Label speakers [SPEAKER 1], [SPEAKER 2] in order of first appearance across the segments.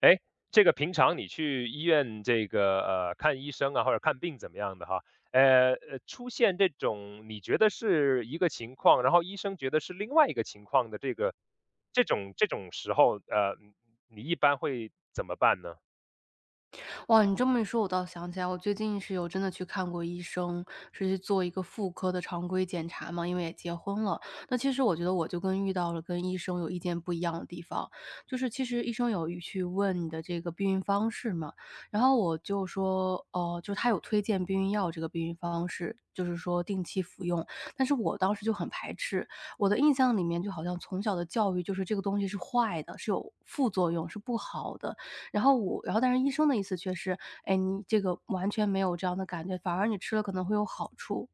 [SPEAKER 1] 哎，这个平常你去医院这个看医生啊，或者看病怎么样的哈？出现这种你觉得是一个情况，然后医生觉得是另外一个情况的这个这种时候，你一般会怎么办呢？
[SPEAKER 2] 哇，你这么一说，我倒想起来，我最近是有真的去看过医生，是去做一个妇科的常规检查嘛，因为也结婚了。那其实我觉得我就跟遇到了跟医生有意见不一样的地方，就是其实医生有去问你的这个避孕方式嘛，然后我就说，哦、就是他有推荐避孕药这个避孕方式，就是说定期服用，但是我当时就很排斥，我的印象里面就好像从小的教育就是这个东西是坏的，是有副作用，是不好的，然后我然后但是医生的意思却是，哎，你这个完全没有这样的感觉，反而你吃了可能会有好处，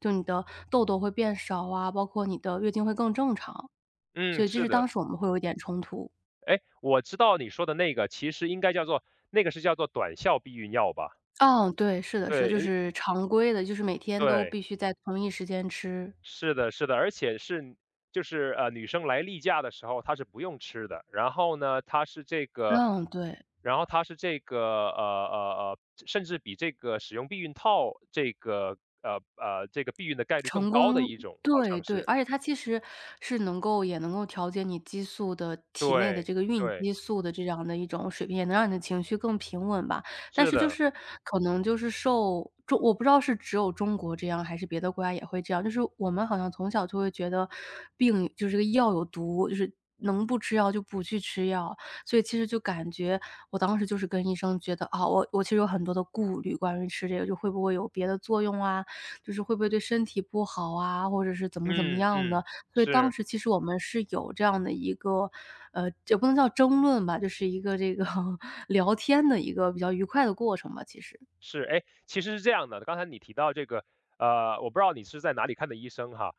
[SPEAKER 2] 就你的痘痘会变少啊，包括你的月经会更正常。
[SPEAKER 1] 嗯，
[SPEAKER 2] 所以这
[SPEAKER 1] 是
[SPEAKER 2] 是
[SPEAKER 1] 的。
[SPEAKER 2] 当时我们会有一点冲突。
[SPEAKER 1] 哎，我知道你说的那个其实应该叫做那个是叫做短效避孕药吧？
[SPEAKER 2] 嗯，对，是的是的，
[SPEAKER 1] 对，
[SPEAKER 2] 就
[SPEAKER 1] 诶
[SPEAKER 2] 是常规的，就是每天都必
[SPEAKER 1] 对。
[SPEAKER 2] 须在同一时间吃。
[SPEAKER 1] 是的，是的，而且是就是，女生来例假的时候，她是不用吃的。然后呢，她是这个
[SPEAKER 2] 嗯，对。
[SPEAKER 1] 然后她是这个，呃呃呃，甚至比这个使用避孕套这个，这个避孕的概率更
[SPEAKER 2] 成
[SPEAKER 1] 高的
[SPEAKER 2] 功
[SPEAKER 1] 一种，好
[SPEAKER 2] 对
[SPEAKER 1] 像
[SPEAKER 2] 对，
[SPEAKER 1] 是。
[SPEAKER 2] 而且它其实是能够也能够调节你激素的体内的
[SPEAKER 1] 对，
[SPEAKER 2] 这个孕
[SPEAKER 1] 对，
[SPEAKER 2] 激素的这样的一种水平，也能让你的情绪更平稳吧。但
[SPEAKER 1] 是
[SPEAKER 2] 是就
[SPEAKER 1] 的，
[SPEAKER 2] 是可能就是我不知道是只有中国这样，还是别的国家也会这样，就是我们好像从小就会觉得病就是这个药有毒，就是能不吃药就不去吃药。所以其实就感觉我当时就是跟医生觉得，啊，我其实有很多的顾虑，关于吃这个就会不会有别的作用啊，就是会不会对身体不好啊，或者是怎么怎么
[SPEAKER 1] 嗯
[SPEAKER 2] 样
[SPEAKER 1] 嗯，
[SPEAKER 2] 的。所以当
[SPEAKER 1] 是。
[SPEAKER 2] 时其实我们是有这样的一个，也不能叫争论吧，就是一个这个 聊天的一个比较愉快的过程吧，其实。
[SPEAKER 1] 是，哎，其实是这样的，刚才你提到这个，我不知道你是在哪里看的医生哈。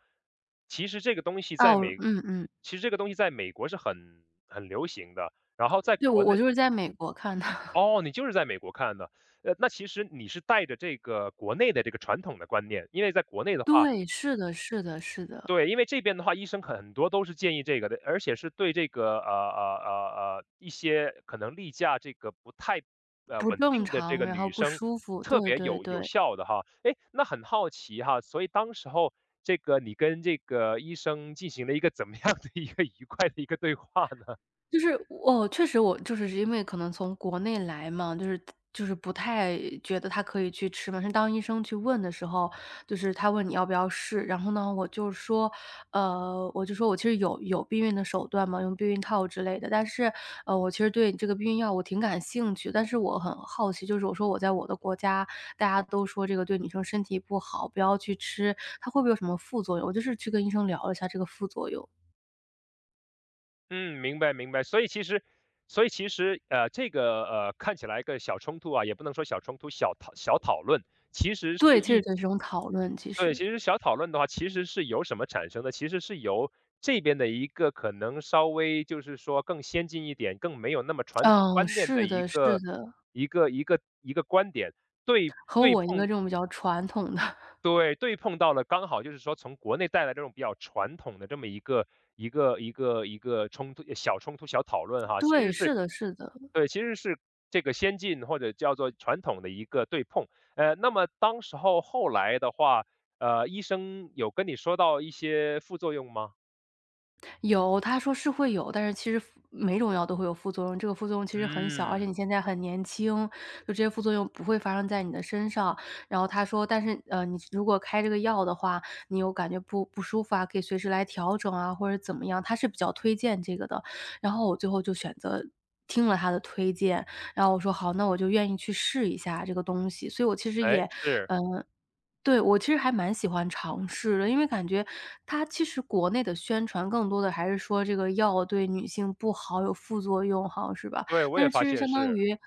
[SPEAKER 1] 其实这个东西在
[SPEAKER 2] 哦，我
[SPEAKER 1] 美，
[SPEAKER 2] 嗯嗯，
[SPEAKER 1] 其实这个东西在美国是很流行的，然后在
[SPEAKER 2] 对，
[SPEAKER 1] 国
[SPEAKER 2] 我
[SPEAKER 1] 内，
[SPEAKER 2] 就是在美国看的。
[SPEAKER 1] 哦，你就是在美国看的。那其实你是带着这个国内的这个传统的观念，因为在国内的话，
[SPEAKER 2] 对，是的是的是的，
[SPEAKER 1] 对，因为这边的话，医生很多都是建议这个的，而且是对这个一些可能例假这个不太
[SPEAKER 2] 不
[SPEAKER 1] 稳
[SPEAKER 2] 正
[SPEAKER 1] 定的这
[SPEAKER 2] 常，
[SPEAKER 1] 个
[SPEAKER 2] 然后
[SPEAKER 1] 女
[SPEAKER 2] 不
[SPEAKER 1] 生
[SPEAKER 2] 舒服，
[SPEAKER 1] 特
[SPEAKER 2] 对
[SPEAKER 1] 别
[SPEAKER 2] 对
[SPEAKER 1] 有
[SPEAKER 2] 对。
[SPEAKER 1] 效的哈。哎，那很好奇哈，所以当时候这个你跟这个医生进行了一个怎么样的一个愉快的一个对话呢？
[SPEAKER 2] 就是哦，确实我就是因为可能从国内来嘛，就是不太觉得它可以去吃嘛。是当医生去问的时候，就是他问你要不要试，然后呢，我就说，我就说我其实有避孕的手段嘛，用避孕套之类的，但是我其实对这个避孕药我挺感兴趣，但是我很好奇，就是我说我在我的国家，大家都说这个对女生身体不好，不要去吃，它会不会有什么副作用？我就是去跟医生聊了一下这个副作用。
[SPEAKER 1] 嗯，明白明白。所以其实，所以其实这个看起来一个小冲突啊，也不能说小冲突，小讨论，其实
[SPEAKER 2] 对，
[SPEAKER 1] 是
[SPEAKER 2] 其实
[SPEAKER 1] 一
[SPEAKER 2] 就是这种讨论，其
[SPEAKER 1] 对，
[SPEAKER 2] 实。
[SPEAKER 1] 其实小讨论的话，其实是由什么产生的？其实是由这边的一个可能稍微就是说更先进一点、更没有那么传统
[SPEAKER 2] 嗯，
[SPEAKER 1] 观念的
[SPEAKER 2] 是
[SPEAKER 1] 一
[SPEAKER 2] 的是
[SPEAKER 1] 个
[SPEAKER 2] 的，
[SPEAKER 1] 一个观点，对
[SPEAKER 2] 和
[SPEAKER 1] 对
[SPEAKER 2] 我一个
[SPEAKER 1] 碰
[SPEAKER 2] 这种比较传统的
[SPEAKER 1] 对，对碰到了刚好就是说从国内带来这种比较传统的这么一个一个冲突小冲突、小讨论哈，其
[SPEAKER 2] 对，
[SPEAKER 1] 实
[SPEAKER 2] 是
[SPEAKER 1] 是
[SPEAKER 2] 的是的，
[SPEAKER 1] 对，其实是这个先进或者叫做传统的一个对碰。那么当时候后来的话，医生有跟你说到一些副作用吗？
[SPEAKER 2] 有，他说是会有，但是其实每种药都会有副作用，这个副作用其实很小，而且
[SPEAKER 1] 嗯，
[SPEAKER 2] 你现在很年轻，就这些副作用不会发生在你的身上。然后他说，但是，你如果开这个药的话，你有感觉不舒服啊，可以随时来调整啊，或者怎么样，他是比较推荐这个的。然后我最后就选择听了他的推荐，然后我说好，那我就愿意去试一下这个东西。所以我其实
[SPEAKER 1] 哎，
[SPEAKER 2] 也，
[SPEAKER 1] 是，
[SPEAKER 2] 嗯。对，我其实还蛮喜欢尝试的，因为感觉它其实国内的宣传更多的还是说这个药对女性不好，有副作用，好像是吧？
[SPEAKER 1] 对，我
[SPEAKER 2] 但
[SPEAKER 1] 也
[SPEAKER 2] 是其
[SPEAKER 1] 发
[SPEAKER 2] 实
[SPEAKER 1] 现
[SPEAKER 2] 相当
[SPEAKER 1] 是，
[SPEAKER 2] 于，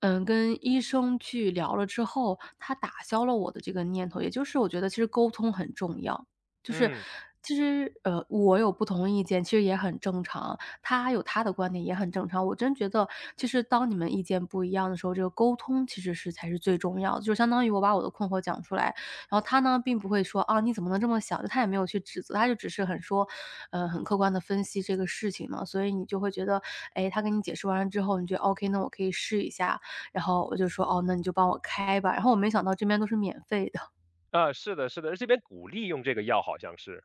[SPEAKER 2] 嗯，跟医生去聊了之后，他打消了我的这个念头，也就是我觉得其实沟通很重要，就是
[SPEAKER 1] 嗯，
[SPEAKER 2] 其实我有不同意见，其实也很正常。他有他的观点也很正常。我真觉得其实当你们意见不一样的时候，这个沟通其实是才是最重要的，就相当于我把我的困惑讲出来，然后他呢并不会说：“啊，你怎么能这么想？”就他也没有去指责，他就只是很说，很客观的分析这个事情嘛。所以你就会觉得，哎，他跟你解释完了之后，你觉得 OK,那我可以试一下，然后我就说：“哦，那你就帮我开吧。”然后我没想到这边都是免费的。
[SPEAKER 1] 啊，是的，是的，这边鼓励用这个药好像是，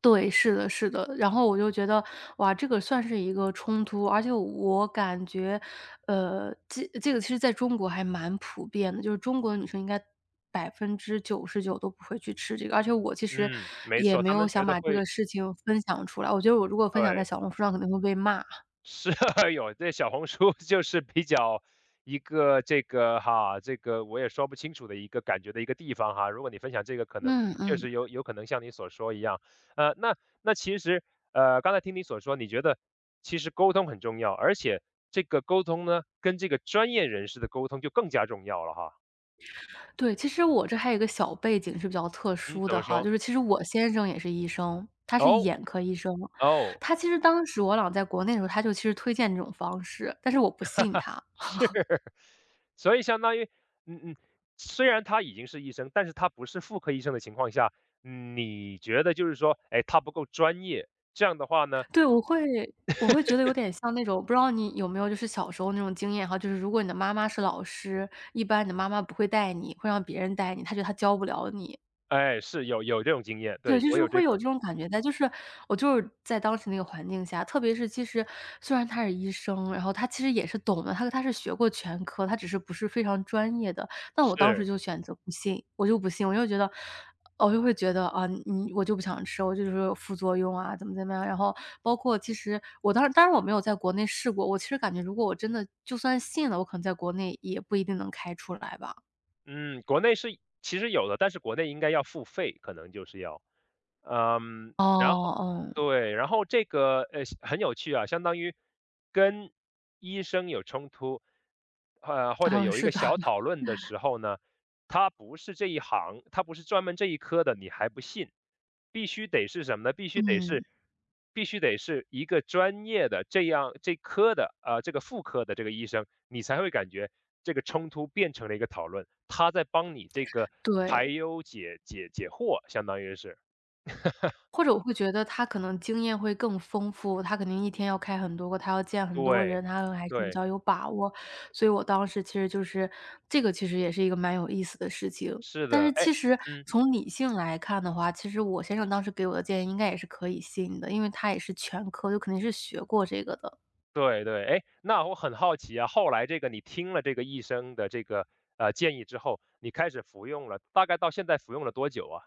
[SPEAKER 2] 对，是的，是的。然后我就觉得，哇，这个算是一个冲突，而且我感觉，这个其实在中国还蛮普遍的，就是中国女生应该99%都不会去吃这个。而且我其实
[SPEAKER 1] 嗯，没
[SPEAKER 2] 也
[SPEAKER 1] 错，
[SPEAKER 2] 没
[SPEAKER 1] 他
[SPEAKER 2] 有
[SPEAKER 1] 们觉
[SPEAKER 2] 想
[SPEAKER 1] 得
[SPEAKER 2] 把这个
[SPEAKER 1] 会
[SPEAKER 2] 事情分享出来，我觉得我如果分享在
[SPEAKER 1] 对。
[SPEAKER 2] 小红书上肯定会被骂。
[SPEAKER 1] 是 有，这小红书 就是比较一个这个哈，这个我也说不清楚的一个感觉的一个地方哈。如果你分享这个，可能
[SPEAKER 2] 嗯
[SPEAKER 1] 确
[SPEAKER 2] 嗯。
[SPEAKER 1] 实有可能像你所说一样，那其实刚才听你所说，你觉得其实沟通很重要，而且这个沟通呢，跟这个专业人士的沟通就更加重要了哈。
[SPEAKER 2] 对，其实我这还有一个小背景是比较特
[SPEAKER 1] 嗯，
[SPEAKER 2] 殊
[SPEAKER 1] 怎
[SPEAKER 2] 的
[SPEAKER 1] 么
[SPEAKER 2] 哈，
[SPEAKER 1] 说？
[SPEAKER 2] 就是其实我先生也是医生，他是
[SPEAKER 1] 哦
[SPEAKER 2] 眼科医生。
[SPEAKER 1] 哦
[SPEAKER 2] 他其实当时我俩在国内的时候，他就其实推荐这种方式，但是我不信他。
[SPEAKER 1] 是，所以相当于嗯嗯，虽然他已经是医生，但是他不是妇科医生的情况下，你觉得就是说，哎，他不够专业，这样的话呢，
[SPEAKER 2] 对，我会觉得有点像那种，不知道你有没有就是小时候那种经验哈，就是如果你的妈妈是老师，一般你的妈妈不会带你，会让别人带你，她觉得她教不了你。
[SPEAKER 1] 哎，是有这种经验，
[SPEAKER 2] 对，
[SPEAKER 1] 对，
[SPEAKER 2] 就
[SPEAKER 1] 我
[SPEAKER 2] 是
[SPEAKER 1] 有这
[SPEAKER 2] 会有
[SPEAKER 1] 个，
[SPEAKER 2] 这种感觉在，就是我就是在当时那个环境下，特别是其实虽然他是医生，然后他其实也是懂的，他是学过全科，他只是不是非常专业的。但我当时
[SPEAKER 1] 是，
[SPEAKER 2] 就选择不信，我就不信，我就觉得我就会觉得啊，你我就不想吃，我就是有副作用啊，怎么怎么样。然后包括其实当然我没有在国内试过，我其实感觉如果我真的就算信了，我可能在国内也不一定能开出来吧。
[SPEAKER 1] 嗯，国内是其实有的，但是国内应该要付费，可能就是要，嗯，然
[SPEAKER 2] 哦，
[SPEAKER 1] 后
[SPEAKER 2] 嗯，
[SPEAKER 1] 对，然后这个很有趣啊，相当于跟医生有冲突，或者
[SPEAKER 2] 啊，
[SPEAKER 1] 有一
[SPEAKER 2] 是
[SPEAKER 1] 个
[SPEAKER 2] 的，
[SPEAKER 1] 小讨 论的时候呢。他不是这一行，他不是专门这一科的，你还不信？必须得是什么呢？必须得
[SPEAKER 2] 嗯，
[SPEAKER 1] 是必须得是一个专业的这样这科的，这个妇科的这个医生，你才会感觉这个冲突变成了一个讨论，他在帮你这个排
[SPEAKER 2] 对。
[SPEAKER 1] 忧解解解惑，相当于是。
[SPEAKER 2] 或者我会觉得他可能经验会更丰富，他肯定一天要开很多个，他要见很多
[SPEAKER 1] 对，
[SPEAKER 2] 人，他还是比
[SPEAKER 1] 对，
[SPEAKER 2] 较有把握。所以我当时其实就是这个其实也是一个蛮有意思的事情。
[SPEAKER 1] 是
[SPEAKER 2] 但
[SPEAKER 1] 的，
[SPEAKER 2] 是
[SPEAKER 1] 哎，
[SPEAKER 2] 其实
[SPEAKER 1] 嗯。
[SPEAKER 2] 从理性来看的话，其实我先生当时给我的建议应该也是可以信的，因为他也是全科，就肯定是学过这个的。
[SPEAKER 1] 对对，哎，那我很好奇啊，后来这个你听了这个医生的这个，建议之后，你开始服用了，大概到现在服用了多久啊？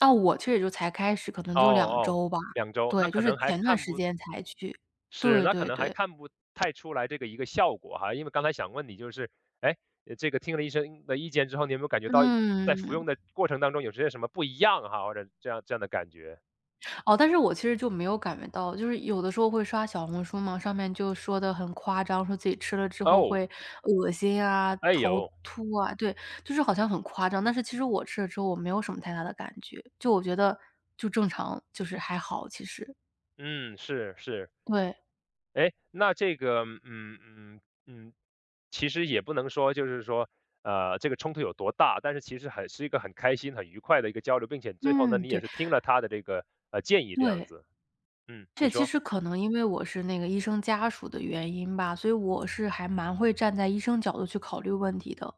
[SPEAKER 2] 啊，我其实也就才开始，可能
[SPEAKER 1] 哦
[SPEAKER 2] 就两
[SPEAKER 1] 哦
[SPEAKER 2] 周吧，
[SPEAKER 1] 两周，那
[SPEAKER 2] 对，就
[SPEAKER 1] 可
[SPEAKER 2] 是
[SPEAKER 1] 能还
[SPEAKER 2] 前段
[SPEAKER 1] 看
[SPEAKER 2] 时
[SPEAKER 1] 不
[SPEAKER 2] 间才去。
[SPEAKER 1] 是，
[SPEAKER 2] 对
[SPEAKER 1] 那可
[SPEAKER 2] 对
[SPEAKER 1] 能还
[SPEAKER 2] 对，
[SPEAKER 1] 看不太出来这个一个效果哈，因为刚才想问你就是，诶，这个听了医生的意见之后，你有没有感觉到在服
[SPEAKER 2] 嗯。
[SPEAKER 1] 用的过程当中有些什么不一样哈，或者这样的感觉？
[SPEAKER 2] 哦，但是我其实就没有感觉到，就是有的时候会刷小红书嘛，上面就说的很夸张，说自己吃了之后
[SPEAKER 1] 哦，
[SPEAKER 2] 会恶心啊、
[SPEAKER 1] 哎，
[SPEAKER 2] 头
[SPEAKER 1] 呦，
[SPEAKER 2] 秃啊，对，就是好像很夸张。但是其实我吃了之后，我没有什么太大的感觉，就我觉得就正常，就是还好，其实。
[SPEAKER 1] 嗯，是是。
[SPEAKER 2] 对，
[SPEAKER 1] 哎，那这个，嗯嗯嗯，其实也不能说就是说，这个冲突有多大，但是其实很是一个很开心、很愉快的一个交流，并且最后呢，
[SPEAKER 2] 嗯，
[SPEAKER 1] 你也
[SPEAKER 2] 对，
[SPEAKER 1] 是听了他的这个建议这样
[SPEAKER 2] 对。
[SPEAKER 1] 子。嗯，你
[SPEAKER 2] 这其
[SPEAKER 1] 说，
[SPEAKER 2] 实可能因为我是那个医生家属的原因吧，所以我是还蛮会站在医生角度去考虑问题的。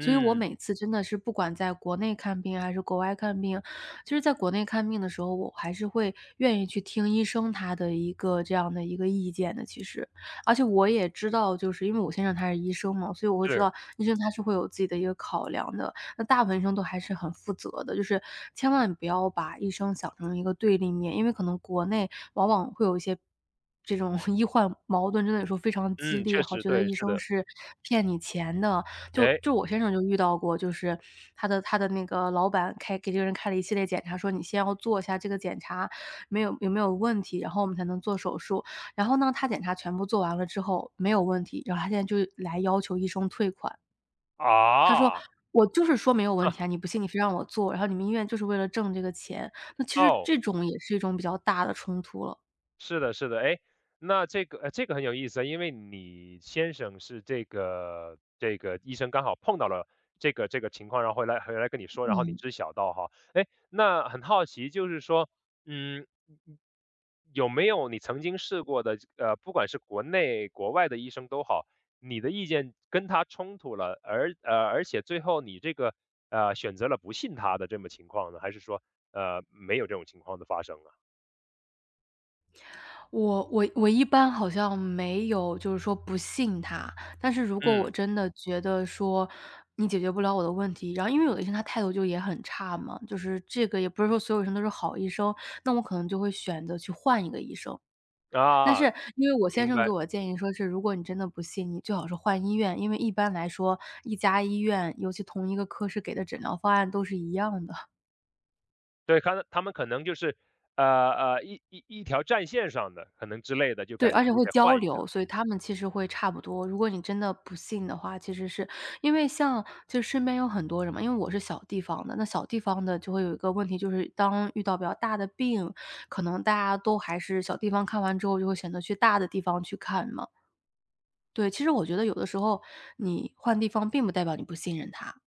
[SPEAKER 2] 所以我每次真的是不管在国内看病还是国外看病，其实在国内看病的时候，我还是会愿意去听医生他的一个这样的一个意见的。其实，而且我也知道，就是因为我先生他是医生嘛，所以我会知
[SPEAKER 1] 是，
[SPEAKER 2] 道医生他是会有自己的一个考量的。那大部分医生都还是很负责的，就是千万不要把医生想成一个对立面，因为可能国内往往会有一些这种 医患矛盾，真的有时候非常激
[SPEAKER 1] 嗯，
[SPEAKER 2] 烈，
[SPEAKER 1] 确
[SPEAKER 2] 好
[SPEAKER 1] 实
[SPEAKER 2] 觉得
[SPEAKER 1] 对，
[SPEAKER 2] 医
[SPEAKER 1] 是
[SPEAKER 2] 生
[SPEAKER 1] 的，
[SPEAKER 2] 是骗你钱的。就
[SPEAKER 1] 哎，
[SPEAKER 2] 就我先生就遇到过，就是他的那个老板开给这个人开了一系列检查，说你先要做一下这个检查，没有有没有问题，然后我们才能做手术。然后呢，他检查全部做完了之后没有问题，然后他现在就来要求医生退款。他说：
[SPEAKER 1] 啊，
[SPEAKER 2] “我就是说没有问题啊，你 不信你非让我做，然后你们医院就是为了挣这个钱。”那其实
[SPEAKER 1] 哦。
[SPEAKER 2] 这种也是一种比较大的冲突了。
[SPEAKER 1] 是的，是的，哎，那这个，这个很有意思啊，因为你先生是这个医生刚好碰到了这个情况，然后回来跟你说，然后你
[SPEAKER 2] 嗯。
[SPEAKER 1] 知晓到哈，哎，那很好奇，就是说，嗯，有没有你曾经试过的，不管是国内国外的医生都好，你的意见跟他冲突了，而且最后你这个选择了不信他的这么情况呢，还是说没有这种情况的发生啊？
[SPEAKER 2] 我一般好像没有就是说不信他，但是如果我
[SPEAKER 1] 嗯
[SPEAKER 2] 真的觉得说你解决不了我的问题，然后因为有的医生他态度就也很差嘛，就是这个也不是说所有医生都是好医生，那我可能就会选择去换一个医生。但
[SPEAKER 1] 啊，
[SPEAKER 2] 是因为我先
[SPEAKER 1] 明
[SPEAKER 2] 生
[SPEAKER 1] 白，
[SPEAKER 2] 给我建议说是，如果你真的不信，你最好是换医院，因为一般来说一家医院，尤其同一个科室给的诊疗方案都是一样的。
[SPEAKER 1] 对，他他们可能就是，呃一条战线上的，可能之类的，就
[SPEAKER 2] 对，
[SPEAKER 1] 感
[SPEAKER 2] 而
[SPEAKER 1] 觉
[SPEAKER 2] 且
[SPEAKER 1] 你
[SPEAKER 2] 会
[SPEAKER 1] 得
[SPEAKER 2] 交
[SPEAKER 1] 换一下。
[SPEAKER 2] 流，所以他们其实会差不多。如果你真的不信的话，其实是因为像就身边有很多人嘛，因为我是小地方的，那小地方的就会有一个问题，就是当遇到比较大的病，可能大家都还是小地方看完之后，就会选择去大的地方去看嘛。对，其实我觉得有的时候你换地方，并不代表你不信任他。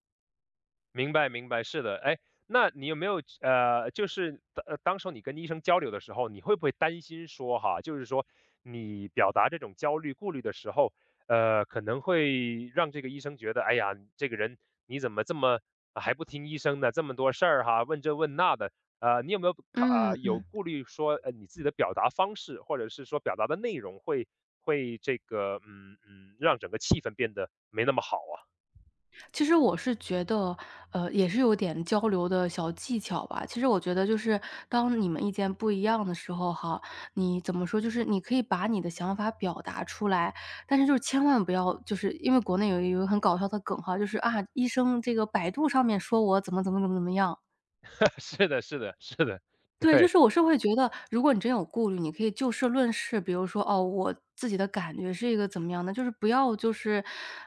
[SPEAKER 1] 明白明白，是的。哎，那你有没有就是当时候你跟医生交流的时候，你会不会担心说哈，就是说你表达这种焦虑、顾虑的时候，可能会让这个医生觉得，哎呀，这个人你怎么这么啊还不听医生呢？这么多事儿哈，问这问那的，你有没有
[SPEAKER 2] 嗯
[SPEAKER 1] 有
[SPEAKER 2] 嗯，
[SPEAKER 1] 顾虑说，你自己的表达方式，或者是说表达的内容会会这个嗯嗯，让整个气氛变得没那么好啊？
[SPEAKER 2] 其实我是觉得，也是有点交流的小技巧吧。其实我觉得就是当你们意见不一样的时候哈，你怎么说，就是你可以把你的想法表达出来，但是就是千万不要就是因为国内有一个很搞笑的梗哈，就是啊，医生这个百度上面说我怎么怎么怎么怎么样，
[SPEAKER 1] 是的，是的，是的，
[SPEAKER 2] 对，就
[SPEAKER 1] 对。
[SPEAKER 2] 是我是会觉得，如果你真有顾虑，你可以就事论事，比如说，哦，我自己的感觉是一个怎么样的，就是不要就是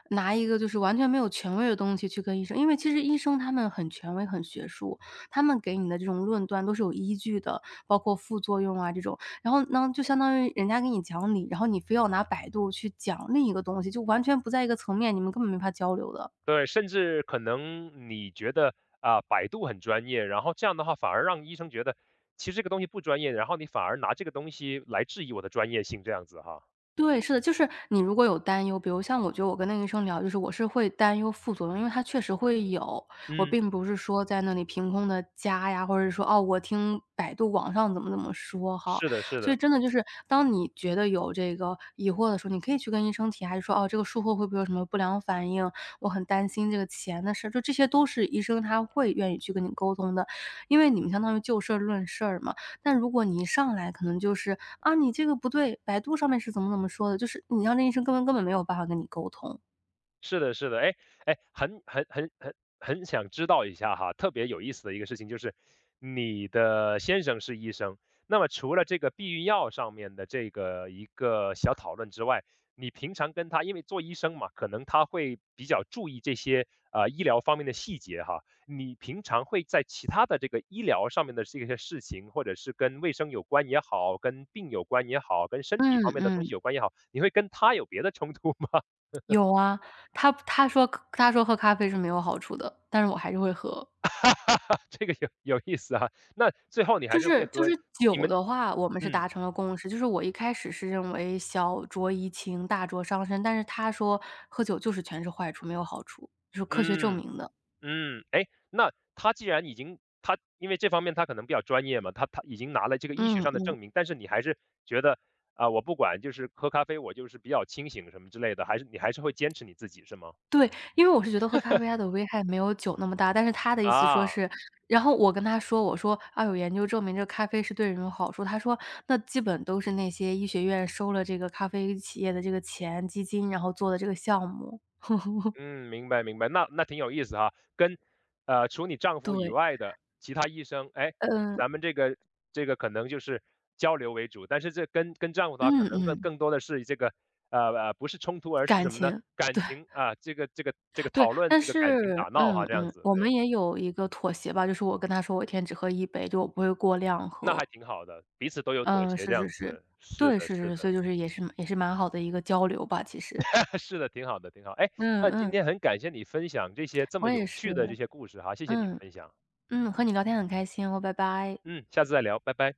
[SPEAKER 2] 拿一个就是完全没有权威的东西去跟医生，因为其实医生他们很权威、很学术，他们给你的这种论断都是有依据的，包括副作用啊这种。然后呢，就相当于人家给你讲理，然后你非要拿百度去讲另一个东西，就完全不在一个层面，你们根本没法交流的。
[SPEAKER 1] 对，甚至可能你觉得啊，百度很专业，然后这样的话反而让医生觉得其实这个东西不专业，然后你反而拿这个东西来质疑我的专业性，这样子哈。
[SPEAKER 2] 对，是的，就是你如果有担忧，比如像我觉得我跟那个医生聊，就是我是会担忧副作用，因为它确实会有。我
[SPEAKER 1] 嗯，
[SPEAKER 2] 并不是说在那里凭空的加呀，或者是说，哦，我听百度网上怎么怎么说哈。
[SPEAKER 1] 是的，是
[SPEAKER 2] 所以
[SPEAKER 1] 的。
[SPEAKER 2] 真的就是当你觉得有这个疑惑的时候，你可以去跟医生提，还是说，哦，这个术后会不会有什么不良反应，我很担心这个钱的事儿，就这些都是医生他会愿意去跟你沟通的。因为你们相当于就事儿论事儿嘛。但如果你一上来可能就是，啊，你这个不对，百度上面是怎么怎么说的，就是你让那医生根本没有办法跟你沟通。
[SPEAKER 1] 是的，是的，哎哎，很很想知道一下哈，特别有意思的一个事情就是，你的先生是医生，那么除了这个避孕药上面的这个一个小讨论之外，你平常跟他，因为做医生嘛，可能他会比较注意这些医疗方面的细节哈。你平常会在其他的这个医疗上面的这些事情，或者是跟卫生有关也好，跟病有关也好，跟身体
[SPEAKER 2] 嗯
[SPEAKER 1] 方面的东
[SPEAKER 2] 嗯。
[SPEAKER 1] 西有关也好，你会跟他有别的冲突吗？
[SPEAKER 2] 有啊，他他说他说喝咖啡是没有好处的，但是我还是会喝。
[SPEAKER 1] 哈哈，这个有意思啊，那最后你
[SPEAKER 2] 就
[SPEAKER 1] 还是会
[SPEAKER 2] 是就是
[SPEAKER 1] 和你
[SPEAKER 2] 酒
[SPEAKER 1] 们
[SPEAKER 2] 的话，我们是
[SPEAKER 1] 嗯，
[SPEAKER 2] 达成了共识，就是我一开始是认为小酌怡情，大酌伤身，但是他说喝酒就是全是坏处，没有好处，就是科学证
[SPEAKER 1] 嗯，
[SPEAKER 2] 明的。
[SPEAKER 1] 嗯，哎，那他既然已经他因为这方面他可能比较专业嘛，他他已经拿了这个医学
[SPEAKER 2] 嗯。
[SPEAKER 1] 上的证明，但是你还是觉得，啊，我不管，就是喝咖啡我就是比较清醒什么之类的，还是你还是会坚持你自己是吗？
[SPEAKER 2] 对，因为我是觉得喝咖啡它的危害没有酒那么大，但是他的意思说
[SPEAKER 1] 啊。
[SPEAKER 2] 是然后我跟他说，我说：“啊，有研究证明这个咖啡是对人有好处。”他说：“那基本都是那些医学院收了这个咖啡企业的这个钱、基金，然后做的这个项目。
[SPEAKER 1] 嗯，明白明白，那那挺有意思哈。跟除你丈夫以
[SPEAKER 2] 对，
[SPEAKER 1] 外的其他医生，哎，
[SPEAKER 2] 嗯，
[SPEAKER 1] 咱们这个这个可能就是交流为主，但是这跟丈夫的话，
[SPEAKER 2] 嗯
[SPEAKER 1] 可能更
[SPEAKER 2] 嗯，
[SPEAKER 1] 更多的是这个不是冲突，而是
[SPEAKER 2] 感
[SPEAKER 1] 什么呢？
[SPEAKER 2] 情，
[SPEAKER 1] 感
[SPEAKER 2] 对
[SPEAKER 1] 情啊，这个
[SPEAKER 2] 对，
[SPEAKER 1] 讨论，
[SPEAKER 2] 但
[SPEAKER 1] 这个感情打
[SPEAKER 2] 是
[SPEAKER 1] 闹
[SPEAKER 2] 嗯
[SPEAKER 1] 哈，这样
[SPEAKER 2] 嗯，
[SPEAKER 1] 子，
[SPEAKER 2] 我们
[SPEAKER 1] 对，
[SPEAKER 2] 也有一个妥协吧，就是我跟他说我一天只喝一杯，就我不会过量
[SPEAKER 1] 那
[SPEAKER 2] 喝。
[SPEAKER 1] 还挺好的，彼此都有妥
[SPEAKER 2] 嗯，
[SPEAKER 1] 协，
[SPEAKER 2] 是
[SPEAKER 1] 这
[SPEAKER 2] 是
[SPEAKER 1] 样
[SPEAKER 2] 是，
[SPEAKER 1] 子，是
[SPEAKER 2] 对，
[SPEAKER 1] 的，
[SPEAKER 2] 是
[SPEAKER 1] 是
[SPEAKER 2] 是，所
[SPEAKER 1] 的，
[SPEAKER 2] 以就是也是蛮好的一个交流吧，其实。
[SPEAKER 1] 是的，挺好的，挺好。哎，
[SPEAKER 2] 嗯
[SPEAKER 1] 那今
[SPEAKER 2] 嗯，
[SPEAKER 1] 天很感谢你分享这些这
[SPEAKER 2] 我
[SPEAKER 1] 么
[SPEAKER 2] 也
[SPEAKER 1] 有趣的这
[SPEAKER 2] 是，
[SPEAKER 1] 些故事哈，谢谢你的
[SPEAKER 2] 嗯，
[SPEAKER 1] 分享，
[SPEAKER 2] 嗯，和你聊天很开心哦，拜拜。
[SPEAKER 1] 嗯，下次再聊，拜拜。